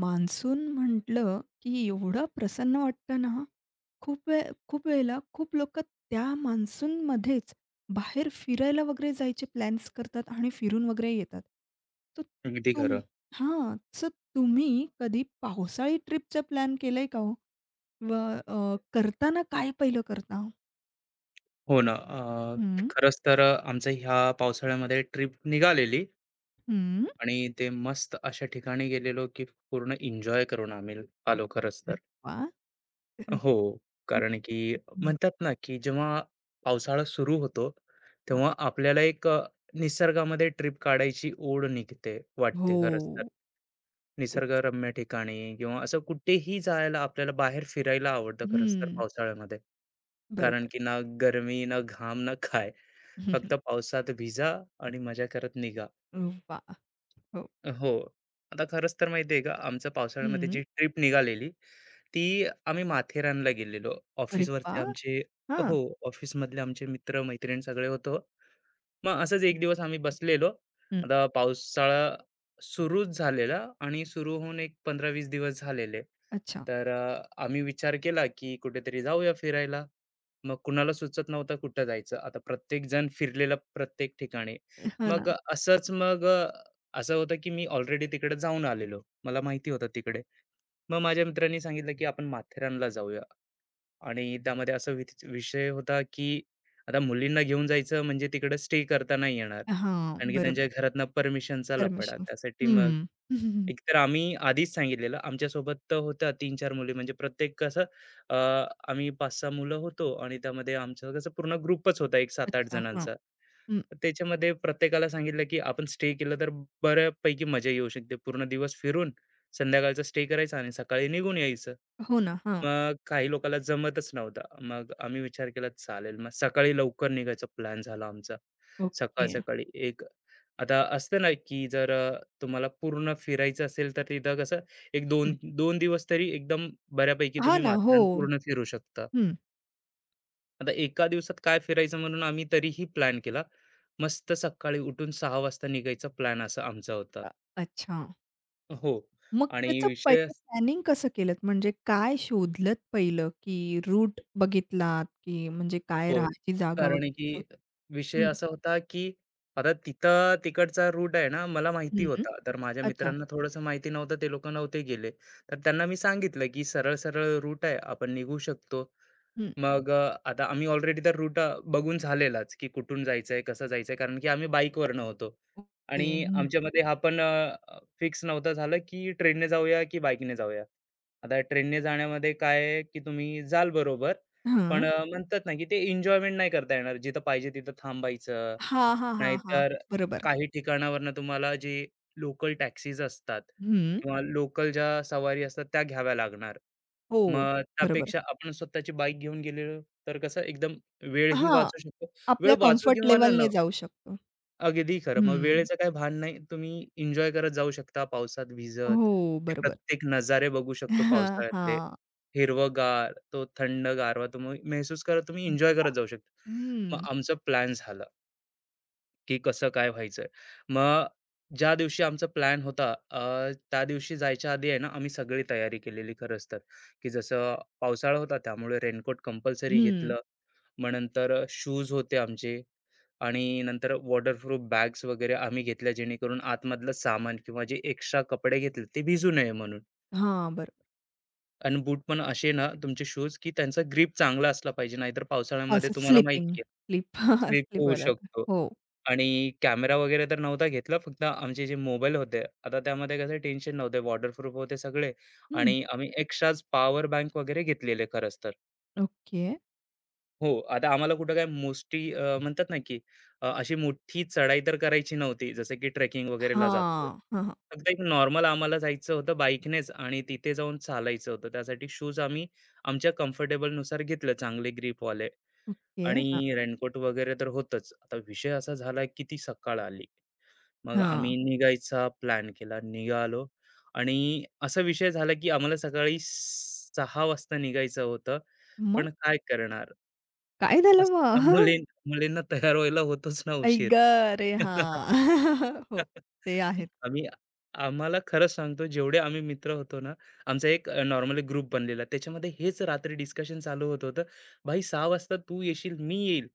Monsoon म्हटलं, की एवढं प्रसन्न वाटतं ना, खूप वेळ खूप वेळेला खूप लोकं त्या मान्सूनमध्येच बाहेर फिरायला वगैरे जायचे प्लॅन्स करतात आणि फिरून वगैरे येतात. तर अगदी तुम खरं. हां, सो तुम्ही कधी पावसाळी ट्रिपचा प्लॅन केलाय का हो? व करताना काय पहिलं करता? हो ना. हं, खरंच तर आमचं ह्या पावसाळ्यामध्ये ट्रिप निघालेली हं. आणि ते मस्त अशा ठिकाणी गेलेलो, की पूर्ण एन्जॉय करून आम्ही आलो खरंच तर. वाह! हं, हो. कारण की हं. म्हणतात ना, की जेव्हा पावसाळा सुरू होतो, हां. तेव्हा आपल्याला एक निसर्गामध्ये ट्रिप काढायची ओढ निघते वाटते हो, खरंच तर. तेच. निसर्गरम्य ठिकाणी किंवा असं कुठेही जायला आपल्याला बाहेर फिरायला आवडतं खरंच तर हं, पावसाळ्यामध्ये. कारण बरोबर. की ना गरमी, ना घाम, ना काय. हं, फक्त पावसात भिजा आणि मजा करत निघा. हं. वाह! हो. हो. आता खरंच तर माहिती आहे का, आमचं पावसाळ्यामध्ये हं. जी ट्रिप निघालेली, ती आम्ही माथेरानला गेलेलो. अरे ऑफिसवरचे वाह! आमचे हो, हां. ऑफिसमधले आमचे मित्र-मैत्रीण सगळे होतो. मग असंच एक दिवस आम्ही बसलेलो. हं. आता पावसाळा सुरूच झालेला आणि सुरू होऊन एक 15-20 दिवस झालेले. अच्छा. तर आम्ही विचार केला, की कुठेतरी जाऊया फिरायला. मग कुणाला सुचत नव्हतं कुठं जायचं. आता प्रत्येकजण फिरलेला प्रत्येक ठिकाणी. हां ना. मग असंच मग असं होतं, की मी ऑलरेडी तिकडे जाऊन आलेलो. मला माहिती होतं तिकडे. मग माझ्या मित्रांनी सांगितलं, की आपण माथेरानला जाऊया. आणि त्यामध्ये असा विषय होता, की आता मुलींना घेऊन जायचं म्हणजे तिकडे स्टे करता नाही येणार. हां, कारण की त्यांच्या बरोबर. घरातनं परमिशनचा लफडा. परमिशन्स. त्यासाठी मग हं. एकतर आम्ही आधीच सांगितलेलं. आमच्यासोबत तर होत्या 3-4 मुली म्हणजे प्रत्येक कसं अ, आम्ही 5-6 मुलं होतो आणि त्यामध्ये आमचं कसं पूर्ण ग्रुपच होता एक 7-8 अच्छा. हां. जणांचा. हं. तर त्याच्यामध्ये प्रत्येकाला सांगितलं, की आपण स्टे केलं तर बऱ्यापैकी मजा येऊ शकते. पूर्ण दिवस फिरून संध्याकाळचा स्टे करायचा आणि सकाळी निघून यायचं. हो ना. हां. मग काही लोकांना जमतच नव्हतं. मग आम्ही विचार केला चालेल. मग सकाळी लवकर निघायचा प्लॅन झाला आमचा. ओके. सकाळ-सकाळी एक आता असतं ना, की जर तुम्हाला पूर्ण फिरायचं असेल तर तिथं कसं एक हं. 2-2 दिवस तरी एकदम बऱ्यापैकी हां तुम्ही ना. हो. माथेरान पूर्ण फिरू शकता. हं. आता एका दिवसात काय फिरायचं म्हणून आम्ही तरीही प्लॅन केला. मस्त सकाळी उठून 6:00 वाजता निघायचा प्लॅन असा आमचा होता. अ, अच्छा. हो. मग आणि त्याचं विषय पहिलं प्लॅनिंग कसं केलत? म्हणजे काय शोधलत पहिलं, की रूट बघितलात, की म्हणजे काय हो. राहायची जागा कारण वगैरे की असं? विषय हं. असा होता, की आता तिथं तिकडचा रूट आहे ना, मला माहिती हं. होता. तर माझ्या अच्छा. मित्रांना थोडंसं माहिती नव्हतं, ते लोकं नव्हते गेले. तर त्यांना मी सांगितलं, की सरळ-सरळ रूट आहे, आपण निघू शकतो. हं. मग आता आम्ही ऑलरेडी तर रूट बघून झालेलाच, की कुठून जायचंय, कसं जायचंय. कारण की आम्ही बाईकवरनं होतो ओके. आणि हं. आमच्यामध्ये हा पण अ, अ, फिक्स नव्हता झालं, की ट्रेनने जाऊया की बाईकने जाऊया. आता ट्रेनने जाण्यामध्ये काय आहे, की तुम्ही जाल बरोबर, पण हां. म्हणतात ना, की ते एन्जॉयमेंट नाही करता येणार. जिथं पाहिजे तिथं थांबायचं. हां, हां, हां, हां. नाहीतर बरोबर. काही ठिकाणावरनं तुम्हाला जी लोकल टॅक्सीज असतात हं. किंवा लोकल ज्या सवारी असतात त्या घ्याव्या लागणार. हो. मग बरोबर. त्यापेक्षा आपण स्वतःची बाईक घेऊन गेलेलो तर कसं एकदम वेळही हां. वाचू शकतो. वेळ आपल्या वाचू कम्फर्ट किंवा न लेव्हलने न जाऊ शकतो. अगदी खरं. मग हं. वेळेचं काही भान नाही. तुम्ही एन्जॉय करत जाऊ शकता पावसात भिजत. हो, ते बरोबर. प्रत्येक नजारे बघू शकतो पावसाळ्यातले. हां. हिरवंगार, तो थंड गारवा तुम्ही महसूस करत तुम्ही एन्जॉय करत जाऊ शकता. मग हं, आमचा प्लॅन झाला. की कसं काय व्हायचंय. मग ज्या दिवशी आमचा प्लॅन होता त्या दिवशी जायच्या आधी आहे ना, आम्ही सगळी तयारी केलेली खरंच तर, की जसं पावसाळा होता त्यामुळे रेनकोट कंपल्सरी हं. घेतलं. मग नंतर शूज होते आमचे आणि नंतर वॉटरप्रूफ बॅग्स वगैरे आम्ही घेतल्या जेणेकरून आतमधलं सामान किंवा जे एक्स्ट्रा कपडे घेतले ते भिजू नये म्हणून. हां, बरोबर. आणि बूट पण असे ना तुमचे शूज की त्यांचा ग्रिप चांगला असला पाहिजे नाहीतर पावसाळ्यामध्ये असं तुम्हाला स्लीपिंग, माहिती आहे, स्लीप स्लिप स्लीप होऊ व्हायला होतं. शकतो. हो. आणि कॅमेरा वगैरे तर नव्हता घेतला. फक्त आमचे जे मोबाईल होते, आता त्यामध्ये कसं टेन्शन नव्हते, वॉटरप्रूफ होते सगळे हं, आणि आम्ही एक्स्ट्राच पॉवर बँक वगैरे घेतलेले खरंच तर. ओके. हो, आता आम्हाला कुठं काय मोस्टली म्हणतात ना, की अशी मोठी चढाई तर करायची नव्हती, जसं की ट्रेकिंग वगैरेला जातोय. हां. हां, हां. फक्त एक नॉर्मल आम्हाला जायचं होतं बाईकनेच आणि तिथे जाऊन चालायचं होतं. त्यासाठी शूज आम्ही आमच्या कम्फर्टेबलनुसार घेतले, चांगले ग्रिपवाले ओके. हां, आणि रेनकोट वगैरे तर होतंच. आता विषय असा झाला की ती सकाळ आली. मग हां. आम्ही निघायचा प्लॅन केला. निघालो आणि असा विषय झाला, की आम्हाला सकाळी 6 वाजता निघायचं होतं. मग पण काय करणार? काय झालं असं मग? मुलीं मुलींना तयार व्हायला होतोच ना आई उशीर. ग! अरे हां. हो, ते आहेत. आम्ही आम्हाला खरंच सांगतो जेवढे आम्ही मित्र होतो ना, आमचा एक नॉर्मली ग्रुप बनलेला. त्याच्यामध्ये हेच रात्री डिस्कशन चालू होत होतं. "भाई 6 वाजता तू येशील, मी येईल.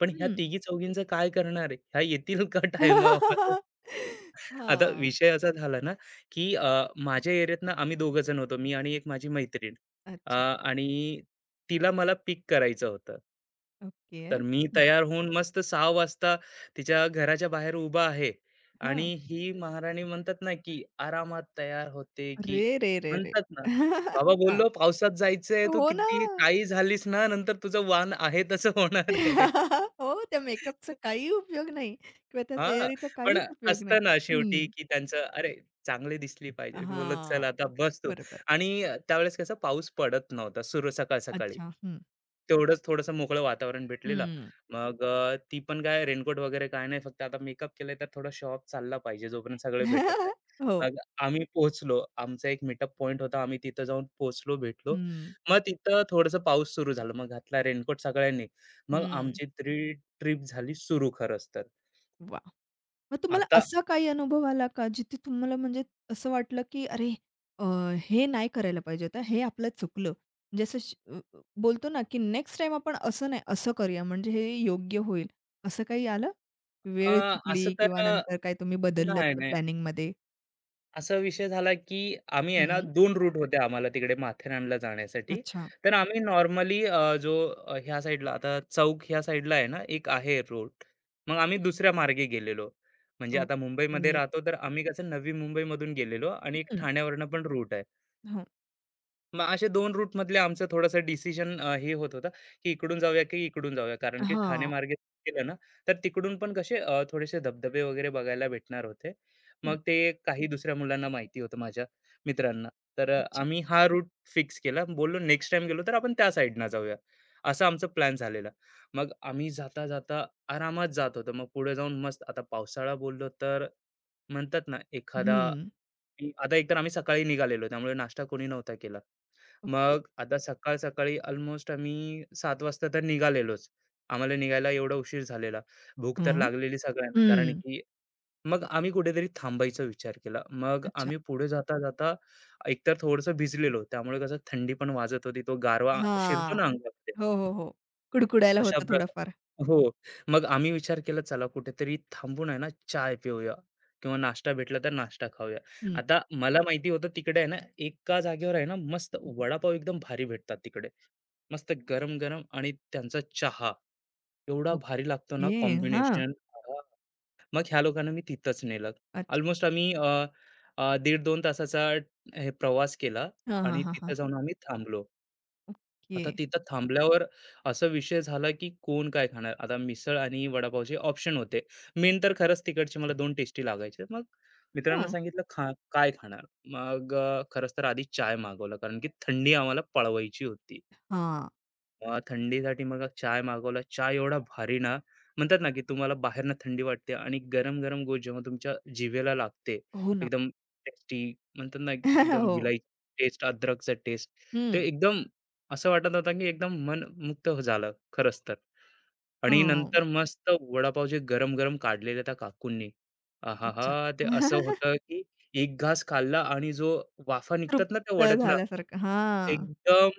पण ह्या हं. तिघी-चौघींचं काय करणार आहे? ह्या येतील का टायमावर?" आता हां. विषय असा झाला ना, की माझ्या एरियातनं आम्ही 2 जण होतो. मी आणि एक माझी मैत्रीण अच्छा. आणि तिला मला पिक करायचं होतं. ओके. तर मी हं. तयार होऊन मस्त 6 वाजता तिच्या घराच्या बाहेर उभा आहे. आणि हां. ही महाराणी म्हणतात ना, की आरामात तयार होते, की अरे रे रे रे! म्हणतात ना, "बाबा हां. बोललो पावसात जायचंय, तू हो ना. किती काही झालीस ना, नंतर तुझं वाण आहे तसं होणार आहे." हो, त्या मेकअपचा काही उपयोग नाही किंवा त्या हां, तयारीचा पण काहीच उपयोग नाही. असतं ना शेवटी, हं. की त्यांचं "अरे, चांगली दिसली पाहिजे." मी बोललो, "चल आता हां. बस तू." बरोबर. आणि त्यावेळेस कसं पाऊस पडत नव्हता सुरू सकाळ-सकाळी. अच्छा. हं. तेवढंच थोडंसं मोकळं वातावरण भेटलेलं. हं. मग ती पण काय रेनकोट वगैरे काय नाही, फक्त आता मेकअप केलाय तर थोडा शॉप ऑफ चालला पाहिजे जोपर्यंत सगळे भेटत नाही. हो. मग आम्ही पोहोचलो. आमचा एक मीटअप पॉइंट होता. आम्ही तिथं जाऊन पोहोचलो, भेटलो. हं. मग तिथं थोडंसं पाऊस सुरू झाला. मग घातला रेनकोट सगळ्यांनी. मग हं. आमची ट्रिप झाली सुरू खरंच तर. वाह! मग तुम्हाला आता असा काही अनुभव आला का जिथे तुम्हाला म्हणजे असं वाटलं, की "अरे, अ, हे नाही करायला पाहिजे होतं. हे आपलं चुकलं." म्हणजे बोलतो ना, की नेक्स्ट टाईम आपण असं नाही, असं करूया म्हणजे हे योग्य होईल. असं काही आलं? वेळ अ, असं चुकली किंवा तर नंतर काय तुम्ही बदललत नाही, त्या नाही. प्लॅनिंगमध्ये? असा विषय झाला, की आम्ही आहे ना हं. 2 रूट होते आम्हाला तिकडे माथेरानला जाण्यासाठी. अच्छा. तर आम्ही नॉर्मली जो ह्या साईडला आता चौक ह्या साईडला आहे ना एक आहे रूट. मग आम्ही दुसऱ्या मार्गे गेलेलो. म्हणजे आता मुंबईमध्ये ओके. राहतो तर आम्ही कसं नवी मुंबईमधून गेलेलो आणि एक हं. ठाण्यावरनं पण रूट आहे. हं. मग असे दोन रूटमधले आमचं थोडंसं डिसिजन हे होत होतं, की इकडून जाऊया की इकडून जाऊया. कारण की ठाणे हां. मार्गे गेलं ना, तर तिकडून पण कसे थोडेसे धबधबे वगैरे बघायला भेटणार होते. हं. मग ते काही दुसऱ्या मुलांना माहिती होतं माझ्या मित्रांना. तर अच्छा. आम्ही हा रूट फिक्स केला. बोललो नेक्स्ट टाईम गेलो तर आपण त्या साईडनं जाऊया. असा आमचा प्लॅन झालेला. मग आम्ही जाता-जाता आरामात जात होतो. मग पुढे जाऊन मस्त आता पावसाळा बोललो तर म्हणतात ना एखादा हं. की आता एकतर आम्ही सकाळी निघालेलो, त्यामुळे नाश्ता कोणी नव्हता केला. ओके. मग आता सकाळ-सकाळी अल्मोस्ट आम्ही 7 वाजता तर निघालेलोच. आम्हाला निघायला एवढा उशीर झालेला. भूक तर हं. लागलेली सगळ्यांना, कारण हं. की मग आम्ही कुठेतरी थांबायचा विचार केला. मग अच्छा. आम्ही पुढे जाता-जाता एकतर थोडंसं भिजलेलो, त्यामुळे कसं थंडी पण वाजत होती. तो गारवा शिरतो हां. ना अंगामध्ये. हो, हो, हो. कुडकुडायला अशा होतं प्रकार थोडंफार. हो. मग आम्ही विचार केला चला कुठेतरी थांबून आहे ना चाय पिऊया किंवा नाश्ता भेटला तर नाश्ता खाऊया. हं. आता मला माहिती होतं तिकडे आहे ना एका जागेवर आहे ना मस्त वडापाव एकदम भारी भेटतात तिकडे. मस्त गरम-गरम आणि त्यांचा चहा एवढा भारी लागतो ना ओके. हां. कॉम्बिनेशन. मग ह्या लोकांना मी तिथंच नेलं. अच्छा. ऑलमोस्ट आम्ही अ, अ, दीड 2 तासाचा हे प्रवास केला हां, हां, आणि हां, तिथे हां. जाऊन आम्ही थांबलो. ओके. आता तिथं थांबल्यावर असा विषय झाला, की कोण काय खाणार? आता मिसळ आणि वडापावचे ऑप्शन होते. मेन तर खरंच तिकडचे मला 2 टेस्टी लागायचे. मग मित्रांना हं. सांगितलं, "खा काय खाणार?" मग खरंच तर आधी चाय मागवला कारण की थंडी आम्हाला पळवायची होती. हां. थंडीसाठी मग चाय मागवला. चाय एवढा भारी ना, म्हणतात ना, की तुम्हाला बाहेरनं थंडी वाटते आणि गरम-गरम गोष्ट जेव्हा तुमच्या जिभेला लागते, हो ना. एकदम टेस्टी म्हणतात ना, की एकदम हो. विलायची टेस्ट, अद्रकचा टेस्ट. ते हं. एकदम असं वाटत होतं, की एकदम मन झालं खरंच तर. आणि हां. नंतर मस्त वडापाव जे गरम-गरम काढलेले त्या काकूंनी. आहाहा! अच्छा. ते असं होतं, की एक घास खाल्ला आणि जो वाफा निघतात ना त्या तृप्त वड्यातनं, झाल्यासारखं. हां. एकदम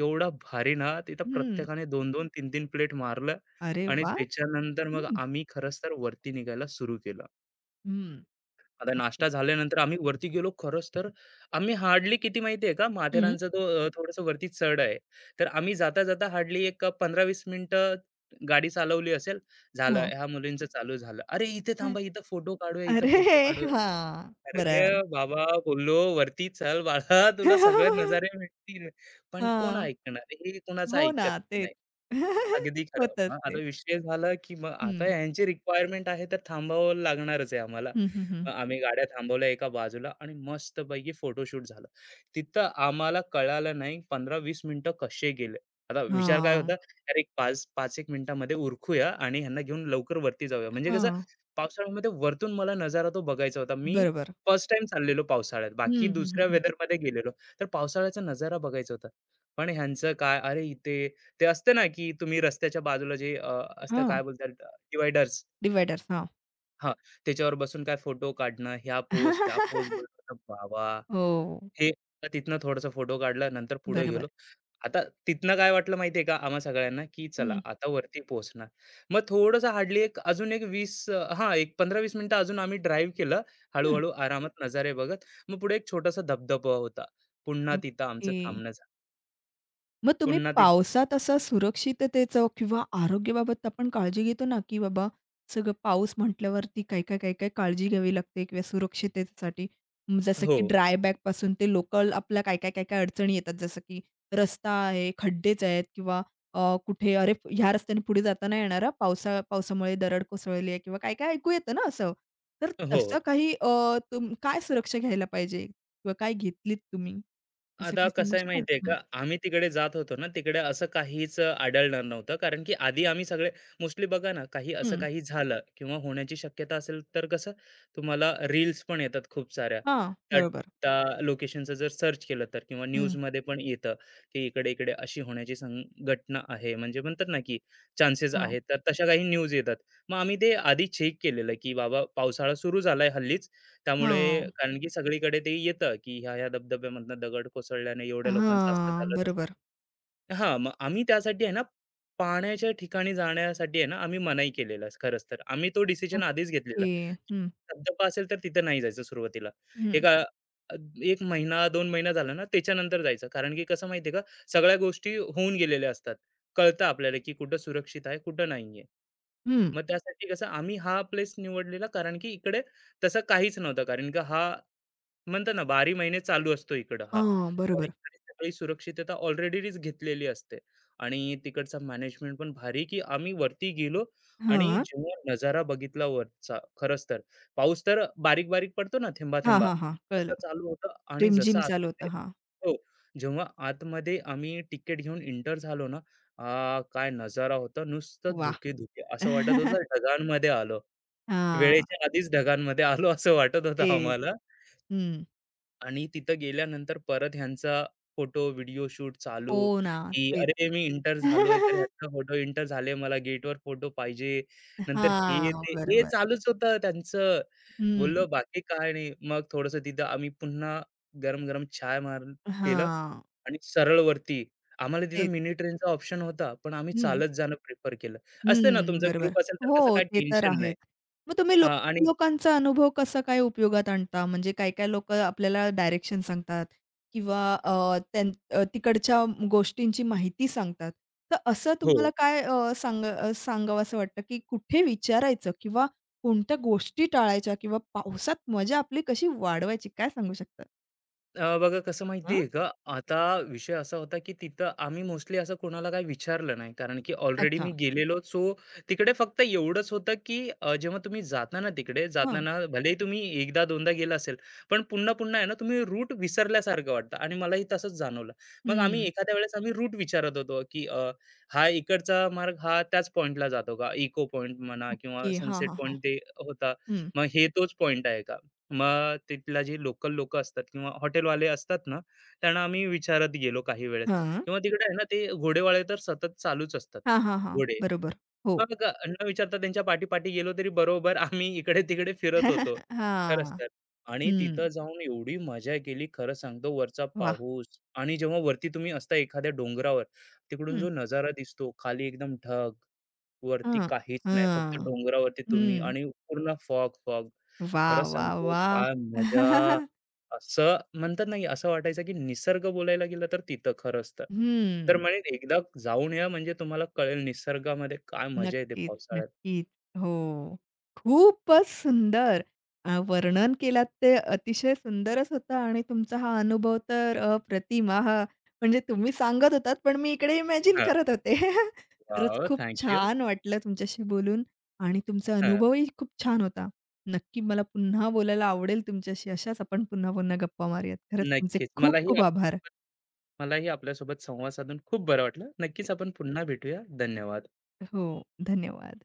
एवढा भारी ना, तिथं हं. प्रत्येकाने 2-2, 3-3 प्लेट मारलं अरे आणि वाह! त्याच्यानंतर मग हं. आम्ही खरंच तर वरती निघायला सुरू केलं. हं. आता ओके. नाश्ता झाल्यानंतर आम्ही वरती गेलो खरंच तर आम्ही हार्डली किती माहिती का? हं. माथेरानचा तो थोडंसं वरती चढ आहे. तर आम्ही जाता-जाता हार्डली एक 15 मिनिटं गाडी चालवली असेल. झालं हो. ह्या मुलींचं चालू झालं. "अरे, इथे काय? थांबा, इथं फोटो काढूया, इथं अरे! फोटो काढूया." हां, बरं. अरे बाबा बोललो, "वरती चल बाळा, तुला सगळे नजारे भेटतील." पण कोण हां. ऐकणार? हे कोणाचं हो ना, ऐकत तेच. नाही. अगदी खरं. होतंच मग आता ते. विषय झाला, की मग आता हं. ह्यांची रिक्वायरमेंट आहे तर थांबावं लागणारच आहे आम्हाला. हं, हं, हं. मग आम्ही गाड्या थांबवल्या एका बाजूला आणि मस्तपैकी फोटोशूट झालं. तिथं आम्हाला कळालं नाही 15-20 मिनिटं कसे गेले. आता विचार काय होता, हां. "अरे 5-5 एक मिनिटामध्ये उरकूया आणि ह्यांना घेऊन लवकर वरती जाऊया." म्हणजे कसं हां. पावसाळ्यामध्ये वरतून मला नजारा तो बघायचा होता. मी बरोबर. फर्स्ट टाईम चाललेलो पावसाळ्यात. बाकी हं, हं, हं, दुसऱ्या हं. वेदरमध्ये गेलेलो. तर पावसाळ्याचा नजारा बघायचा होता. पण ह्यांचं काय, "अरे इथे ते असतं ना, की तुम्ही रस्त्याच्या बाजूला जे असतं हां, काय बोलतात डिव्हायडर्स डिव्हायडर्स. हां. हां, त्याच्यावर बसून काय फोटो काढणं, ह्या पोज, त्या पोज बोलतो बाबा, हो. हे तिथनं थोडासा फोटो काढला, नंतर पुढे गेलो. बरोबर. आता तिथनं काय वाटलं माहिती आहे का आम्हा सगळ्यांना, की चला हं, आता वरती पोहोचणार. मग थोडंसं हार्डली एक अजून एक 20 हां, एक 15-20 मिनिटं अजून आम्ही ड्राईव्ह केलं. हं. हळू आरामात नजारे बघत. मग पुढे एक छोटासा धबधबा होता. पुन्हा तिथं आमचं ओके. थांबणं झालं. मग तुम्ही पुन्हा तिथं पावसात असं सुरक्षिततेचं किंवा आरोग्याबाबत आपण काळजी घेतो ना, की बाबा सगळं पाऊस म्हटल्यावरती काय, काय, काय, काय काळजी घ्यावी लागते किंवा सुरक्षिततेसाठी. जसं हो, की ड्राय बॅगपासून ते लोकल आपल्या काय, काय, काय, काय अडचणी येतात. जसं की रस्ता आहे, खड्डेच आहेत किंवा अ, कुठे "अरे, ह्या रस्त्याने पुढे जाता नाही येणार हां, पावसामुळे दरड कोसळली आहे" किंवा काय, काय ऐकू येतं ना असं. तर हो. तसं काही. काय सुरक्षा घ्यायला पाहिजे किंवा काय घेतलीत तुम्ही? असं आता काही सांगू कसं आहे शकाल? माहिती आहे हं. का, आम्ही तिकडे जात होतो ना, तिकडे असं काहीच आढळणार नव्हतं. कारण की आधी आम्ही सगळे मोस्टली बघा ना, काही असं हं. काही झालं किंवा होण्याची शक्यता असेल, तर कसं तुम्हाला रील्स पण येतात खूप साऱ्या. हां, त्या बरोबर. त्या लोकेशनचं जर सर्च केलं तर किंवा हं. न्यूजमध्ये पण येतं, की इकडे-इकडे अशी होण्याची घटना आहे. म्हणजे म्हणतात ना, की चान्सेस हां, आहेत. तर तशा काही न्यूज येतात. मग आम्ही ते आधी चेक केलेलं, की बाबा पावसाळा सुरू झालाय हल्लीच. त्यामुळे हां. कारण की सगळीकडे ते येतं, की ह्या-ह्या धबधब्यामधनं दगड कोसळल्याने एवढ्या लोकांचं असं हां, झालं, तसं बरोबर. हां, मग आम्ही त्यासाठी आहे ना, पाण्याच्या ठिकाणी जाण्यासाठी आहे ना, आम्ही मनाई केलेलं खरंच तर. आम्ही तो डिसिजन आधीच घेतलेला. ओके. की हं, धबधबा असेल तर तिथं नाही जायचं सुरुवातीला. हं, एक 1 महिना, 2 महिना झाला ना, त्याच्यानंतर जायचं. कारण की कसं माहिती आहे का, सगळ्या गोष्टी होऊन गेलेल्या असतात. कळतं आपल्याला की कुठं सुरक्षित आहे, कुठं नाहीये. हं. मग त्यासाठी कसं आम्ही हा प्लेस निवडलेला कारण की इकडे तसं काहीच नव्हतं. कारण की हा म्हणतात ना 12 महिने चालू असतो इकडं हा. हां, तर बरोबर. इकडे सगळी सुरक्षितता ऑलरेडीच घेतलेली असते आणि तिकडचा मॅनेजमेंट पण भारी, की आम्ही वरती गेलो आणि हां. जेव्हा नजारा बघितला वरचा, खरंच तर. पाऊस तर बारीक-बारीक पडतो ना हां, थेंबा-थेंबा, हां, हां. कळलं. तसं चालू होतं आणि जसं रिमझिम चालू होतं. आतमध्ये हां. हो, जेव्हा आतमध्ये आम्ही तिकीट घेऊन एंटर झालो ना, काय नजारा होता. नुसतं वाह! धुके-धुके असं वाटत होतं ढगांमध्ये आलो. हां, वेळेच्या आधीच ढगांमध्ये आलो असं वाटत होतं तेच. आम्हाला. हं. आणि तिथं गेल्यानंतर परत ह्यांचा फोटो, व्हिडिओ शूट चालू, हो ना, की तेच. "अरे, मी इंटर झालोय, तर ह्याचा फोटो इंटर झाले, मला गेटवर फोटो पाहिजे." नंतर हे, हां, ते, हे बरोबर. चालूच होतं त्यांचं. हं. बोललो, "बाकी काय नाही." मग थोडंसं तिथं आम्ही पुन्हा गरम-गरम चाय पिलं हां, आणि सरळ वरती. आम्हाला तिथं तेच. मिनी ट्रेनचा ऑप्शन होता, पण आम्ही हं. चालत जाणं प्रिफर केलं. असते ना, हं, तुमचा बरोबर. ग्रुप असेल तर कसं हो, काय ते तर टेन्शन नाही. आहेत. मग तुम्ही अ, लो आणि लोकांचा अनुभव कसा काय उपयोगात आणता? म्हणजे काही-काही लोकं आपल्याला डायरेक्शन सांगतात किंवा त्यां तिकडच्या गोष्टींची माहिती सांगतात. तर असं हो. तुम्हाला काय सांगावसं वाटतं, की कुठे विचारायचं किंवा कोणत्या गोष्टी टाळायच्या किंवा पावसात मजा आपली कशी वाढवायची? काय सांगू शकता? बघा कसं हां, माहिती का, आता विषय असा होता की तिथं आम्ही मोस्टली असं कोणाला काही विचारलं नाही. कारण की ऑलरेडी अच्छा. मी गेलेलो. सो तिकडे फक्त एवढंच होतं की जेव्हा तुम्ही जाता ना तिकडे, जाता हं, ना भलेही तुम्ही एकदा दोनदा गेला असेल, पण पुन्हा-पुन्हा आहे ना तुम्ही रूट विसरल्यासारखं वाटतं आणि मलाही तसंच जाणवलं. मग आम्ही हं. एखाद्या वेळेस आम्ही रूट विचारत होतो की हा इकडचा मार्ग हा त्याच पॉइंटला जातो का? इको पॉइंट म्हणा किंवा ओके. हां, सनसेट हां, हां. पॉइंट ते होता. हं. मग हे तोच पॉइंट आहे का? मग तिथला जे लोकल लोकं असतात किंवा हॉटेलवाले असतात ना, त्यांना आम्ही विचारत गेलो काही वेळेस हां. किंवा तिकडे आहे ना, ते घोडेवाले तर सतत चालूच असतात, हां, हां, हां. घोडे. बरोबर. हो. मग न विचारता त्यांच्या पाठी-पाठी गेलो तरी बरोबर आम्ही इकडे-तिकडे फिरत होतो. खरंच हां. तर. आणि हं. तिथं जाऊन एवढी मजा केली खरं सांगतो वरचा वाह! पाऊस आणि जेव्हा वरती तुम्ही असता एखाद्या डोंगरावर, तिकडून हं. जो नजारा दिसतो, खाली एकदम ढग. वरती हं. काहीच नाही. फक्त हं. डोंगरावरती तुम्ही हं. आणि पूर्ण फॉग, फॉग. वाह, खरंच वाह, सांगतो वाह! काय मजा. असं म्हणतात ना, की असं वाटायचं, की निसर्ग बोलायला गेलं तर तिथं खरंच तर. तर हं. म्हणेन एकदा जाऊन या म्हणजे तुम्हाला कळेल निसर्गामध्ये काय मजा येते नक्कीच, पावसाळ्यात. नक्कीच. हो. खूपच सुंदर वर्णन केलात ते अतिशय सुंदरच होतं आणि तुमचा हा अनुभव तर अप्रतिम आहा! म्हणजे तुम्ही सांगत होतात, पण मी इकडे इमॅजिन हां. करत होते. खरंच वॉव! खूप थँक यू. छान वाटलं तुमच्याशी बोलून आणि तुमचा अनुभवही खूप छान होता. नक्की मला पुन्हा बोलायला आवडेल तुमच्याशी. अशाच आपण पुन्हा-पुन्हा गप्पा मारूयात. खरंच तुमचे नक्कीच. खूप खूप आभार. मलाही आपल्यासोबत संवाद साधून खूप बरं वाटलं. नक्कीच आपण पुन्हा भेटूया. धन्यवाद. हो, धन्यवाद.